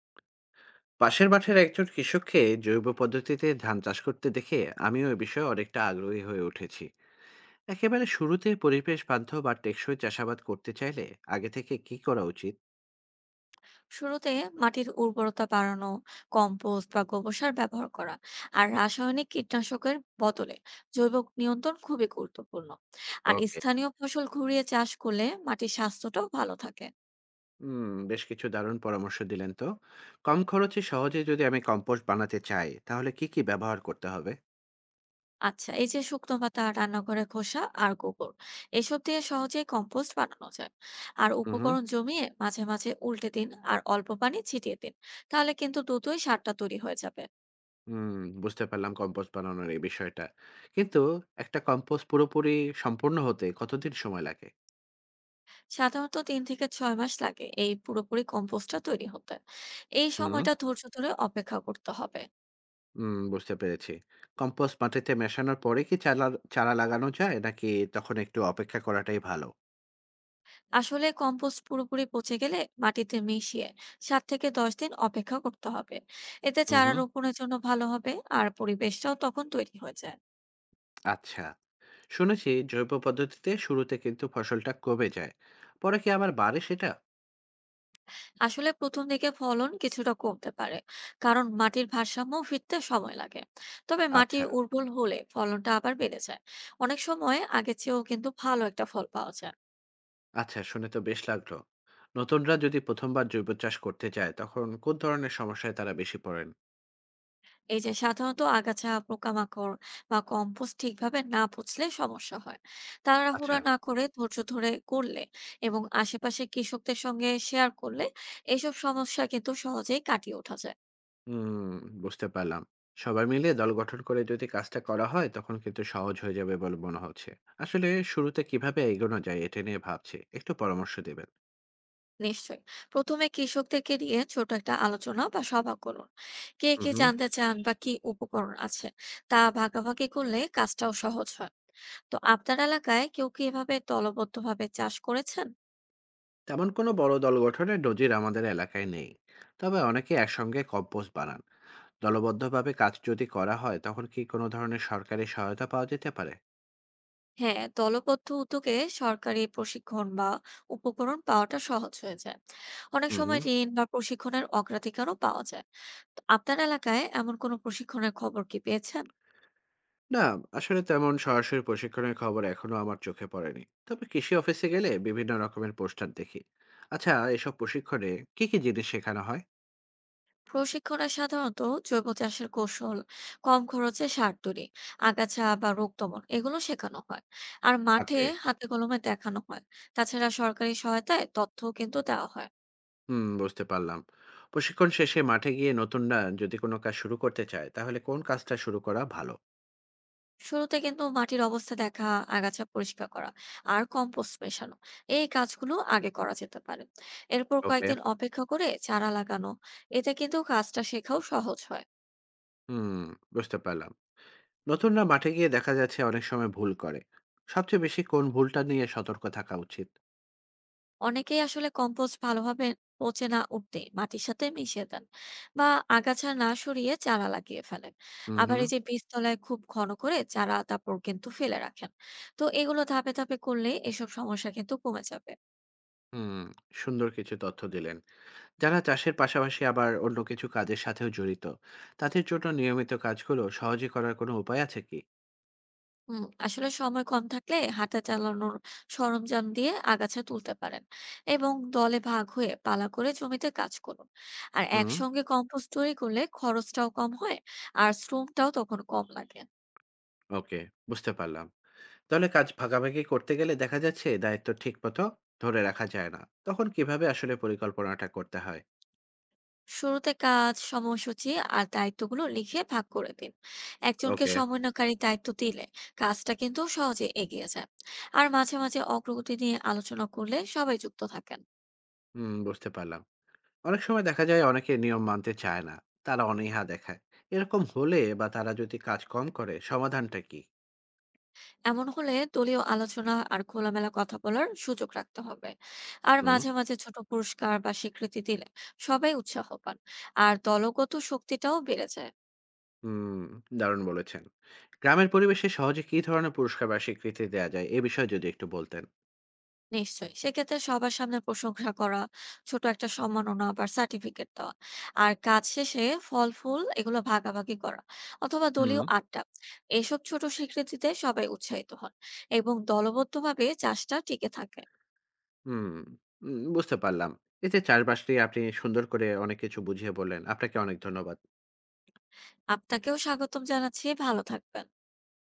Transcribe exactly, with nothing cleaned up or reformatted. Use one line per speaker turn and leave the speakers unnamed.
পাশের মাঠের একজন কৃষককে জৈব পদ্ধতিতে ধান চাষ করতে দেখে আমিও এ বিষয়ে অনেকটা আগ্রহী হয়ে উঠেছি। একেবারে শুরুতে পরিবেশ বান্ধব বা টেকসই চাষাবাদ করতে চাইলে আগে থেকে কি করা উচিত?
শুরুতে মাটির উর্বরতা বাড়ানো, কম্পোস্ট বা গোবর সার ব্যবহার করা, আর রাসায়নিক কীটনাশকের বদলে জৈব নিয়ন্ত্রণ খুবই গুরুত্বপূর্ণ। আর
ওকে।
স্থানীয় ফসল ঘুরিয়ে চাষ করলে মাটির স্বাস্থ্যটাও ভালো থাকে।
হুম, বেশ কিছু দারুণ পরামর্শ দিলেন তো। কম খরচে সহজে যদি আমি কম্পোস্ট বানাতে চাই তাহলে কি কি ব্যবহার করতে হবে?
আচ্ছা, এই যে শুকনো পাতা, রান্নাঘরে খোসা আর গোবর, এসব দিয়ে সহজেই কম্পোস্ট বানানো যায়। আর
হুম, হুম।
উপকরণ জমিয়ে মাঝে মাঝে উল্টে দিন আর অল্প পানি ছিটিয়ে দিন, তাহলে কিন্তু দ্রুতই সারটা তৈরি হয়ে যাবে।
হুম, বুঝতে পারলাম কম্পোস্ট বানানোর এই বিষয়টা, কিন্তু একটা কম্পোস্ট পুরোপুরি সম্পূর্ণ হতে কতদিন সময় লাগে?
সাধারণত তিন থেকে ছয় মাস লাগে এই পুরোপুরি কম্পোস্টটা তৈরি হতে। এই
হুম।
সময়টা ধৈর্য ধরে অপেক্ষা করতে হবে।
হুম, বুঝতে পেরেছি। কম্পোস্ট মাটিতে মেশানোর পরে কি চালা চারা লাগানো যায়? নাকি তখন একটু অপেক্ষা করাটাই ভালো?
আসলে কম্পোস্ট পুরোপুরি পচে গেলে মাটিতে মিশিয়ে সাত থেকে দশ দিন অপেক্ষা করতে হবে। এতে
হু,
চারা
হু।
রোপণের জন্য ভালো হবে, আর পরিবেশটাও তখন তৈরি হয়ে যায়।
আচ্ছা। শুনেছি জৈব পদ্ধতিতে শুরুতে কিন্তু ফসলটা কমে যায়। পরে কি আবার বাড়ে সেটা?
আসলে প্রথম দিকে ফলন কিছুটা কমতে পারে, কারণ মাটির ভারসাম্য ফিরতে সময় লাগে। তবে মাটি
আচ্ছা।
উর্বর হলে ফলনটা আবার বেড়ে যায়। অনেক সময় আগের চেয়েও কিন্তু ভালো একটা ফল পাওয়া যায়।
আচ্ছা, শুনে তো বেশ লাগলো। নতুনরা যদি প্রথম বার জৈব চাষ করতে চায় তখন কোন ধরনের সমস্যায় তারা বেশি পড়েন?
এই যে সাধারণত আগাছা, পোকামাকড় বা কম্পোস্ট ঠিকভাবে না পচলে সমস্যা হয়। তাড়াহুড়া
আচ্ছা।
না করে ধৈর্য ধরে করলে এবং আশেপাশে কৃষকদের সঙ্গে শেয়ার করলে এইসব সমস্যা কিন্তু সহজেই কাটিয়ে ওঠা যায়।
হুম, বুঝতে পারলাম। সবাই মিলে দল গঠন করে যদি কাজটা করা হয়, তখন কিন্তু সহজ হয়ে যাবে বলে মনে হচ্ছে। আসলে শুরুতে কিভাবে এগোনো যায় এটা নিয়ে ভাবছি। একটু পরামর্শ দেবেন?
নিশ্চয়ই, প্রথমে কৃষকদেরকে নিয়ে ছোট একটা আলোচনা বা সভা করুন। কে
হুম,
কে
হুম।
জানতে চান বা কি উপকরণ আছে, তা ভাগাভাগি করলে কাজটাও সহজ হয়। তো আপনার এলাকায় কেউ কি এভাবে দলবদ্ধভাবে চাষ করেছেন?
তেমন কোনো বড় দল গঠনের নজির আমাদের এলাকায় নেই। তবে অনেকে একসঙ্গে কম্পোস্ট বানান। দলবদ্ধভাবে কাজ যদি করা হয়, তখন কি কোনো ধরনের সরকারি সহায়তা পাওয়া যেতে পারে?
হ্যাঁ, দলবদ্ধ উদ্যোগে সরকারি প্রশিক্ষণ বা উপকরণ পাওয়াটা সহজ হয়ে যায়। অনেক
হুম,
সময়
হুম।
ঋণ বা প্রশিক্ষণের অগ্রাধিকারও পাওয়া যায়। তো আপনার এলাকায় এমন কোনো প্রশিক্ষণের খবর কি পেয়েছেন?
না, আসলে তেমন সরাসরি প্রশিক্ষণের খবর এখনো আমার চোখে পড়েনি। তবে কৃষি অফিসে গেলে বিভিন্ন রকমের পোস্টার দেখি। আচ্ছা, এসব প্রশিক্ষণে কি, কি জিনিস শেখানো হয়?
প্রশিক্ষণে সাধারণত জৈব চাষের কৌশল, কম খরচে সার তৈরি, আগাছা বা রোগ দমন এগুলো শেখানো হয়। আর মাঠে
ওকে।
হাতে কলমে দেখানো হয়। তাছাড়া সরকারি সহায়তায় তথ্যও কিন্তু দেওয়া হয়।
হুম, বুঝতে পারলাম। প্রশিক্ষণ শেষে মাঠে গিয়ে নতুনরা যদি কোনো কাজ শুরু করতে চায়, তাহলে কোন কাজটা শুরু করা ভালো?
শুরুতে কিন্তু মাটির অবস্থা দেখা, আগাছা পরিষ্কার করা আর কম্পোস্ট মেশানো, এই কাজগুলো আগে করা যেতে পারে। এরপর
ওকে।
কয়েকদিন অপেক্ষা করে চারা লাগানো, এতে কিন্তু কাজটা শেখাও সহজ হয়।
হুম, বুঝতে পারলাম। নতুনরা মাঠে গিয়ে দেখা যাচ্ছে অনেক সময় ভুল করে। সবচেয়ে বেশি কোন ভুলটা নিয়ে সতর্ক থাকা উচিত?
অনেকেই আসলে কম্পোস্ট ভালোভাবে পচে না উঠতে মাটির সাথে মিশিয়ে দেন, বা আগাছা না সরিয়ে চারা লাগিয়ে ফেলেন।
হুম,
আবার
হুম,
এই যে বীজতলায় খুব ঘন করে চারা তারপর কিন্তু ফেলে রাখেন। তো এগুলো ধাপে ধাপে করলে এসব সমস্যা কিন্তু কমে যাবে।
হুম, সুন্দর কিছু তথ্য দিলেন। যারা চাষের পাশাপাশি আবার অন্য কিছু কাজের সাথেও জড়িত, তাদের জন্য নিয়মিত কাজগুলো সহজে করার কোনো উপায় আছে কি?
হুম, আসলে সময় কম থাকলে হাঁটা চালানোর সরঞ্জাম দিয়ে আগাছা তুলতে পারেন এবং দলে ভাগ হয়ে পালা করে জমিতে কাজ করুন। আর
হুম।
একসঙ্গে কম্পোস্ট তৈরি করলে খরচটাও কম হয়, আর শ্রমটাও তখন কম লাগে।
ওকে, বুঝতে পারলাম। তাহলে কাজ ভাগাভাগি করতে গেলে দেখা যাচ্ছে দায়িত্ব ঠিকমতো ধরে রাখা যায় না। তখন কিভাবে আসলে পরিকল্পনাটা করতে হয়?
শুরুতে কাজ, সময়সূচি আর দায়িত্বগুলো লিখে ভাগ করে দিন। একজনকে
ওকে।
সমন্বয়কারী দায়িত্ব দিলে কাজটা কিন্তু সহজে এগিয়ে যায়। আর মাঝে মাঝে অগ্রগতি নিয়ে আলোচনা করলে সবাই যুক্ত থাকেন।
হুম, বুঝতে পারলাম। অনেক সময় দেখা যায় অনেকে নিয়ম মানতে চায় না, তারা অনীহা দেখায়। এরকম হলে বা তারা যদি কাজ কম করে, সমাধানটা কি?
এমন হলে দলীয় আলোচনা আর খোলামেলা কথা বলার সুযোগ রাখতে হবে। আর
হুম।
মাঝে মাঝে ছোট পুরস্কার বা স্বীকৃতি দিলে সবাই উৎসাহ পান, আর দলগত শক্তিটাও বেড়ে যায়।
হুম, দারুণ বলেছেন। গ্রামের পরিবেশে সহজে কি ধরনের পুরস্কার বা স্বীকৃতি দেয়া যায় এ বিষয়ে যদি একটু বলতেন?
নিশ্চয়ই, সেক্ষেত্রে সবার সামনে প্রশংসা করা, ছোট একটা সম্মাননা বা সার্টিফিকেট দেওয়া, আর কাজ শেষে ফল ফুল এগুলো ভাগাভাগি করা, অথবা
হুম।
দলীয় আড্ডা, এসব ছোট স্বীকৃতিতে সবাই উৎসাহিত হন এবং দলবদ্ধভাবে চাষটা টিকে থাকে।
হুম, উম বুঝতে পারলাম। এই যে চারপাশটি আপনি সুন্দর করে অনেক কিছু বুঝিয়ে বললেন, আপনাকে অনেক ধন্যবাদ।
আপনাকেও স্বাগতম জানাচ্ছি, ভালো থাকবেন।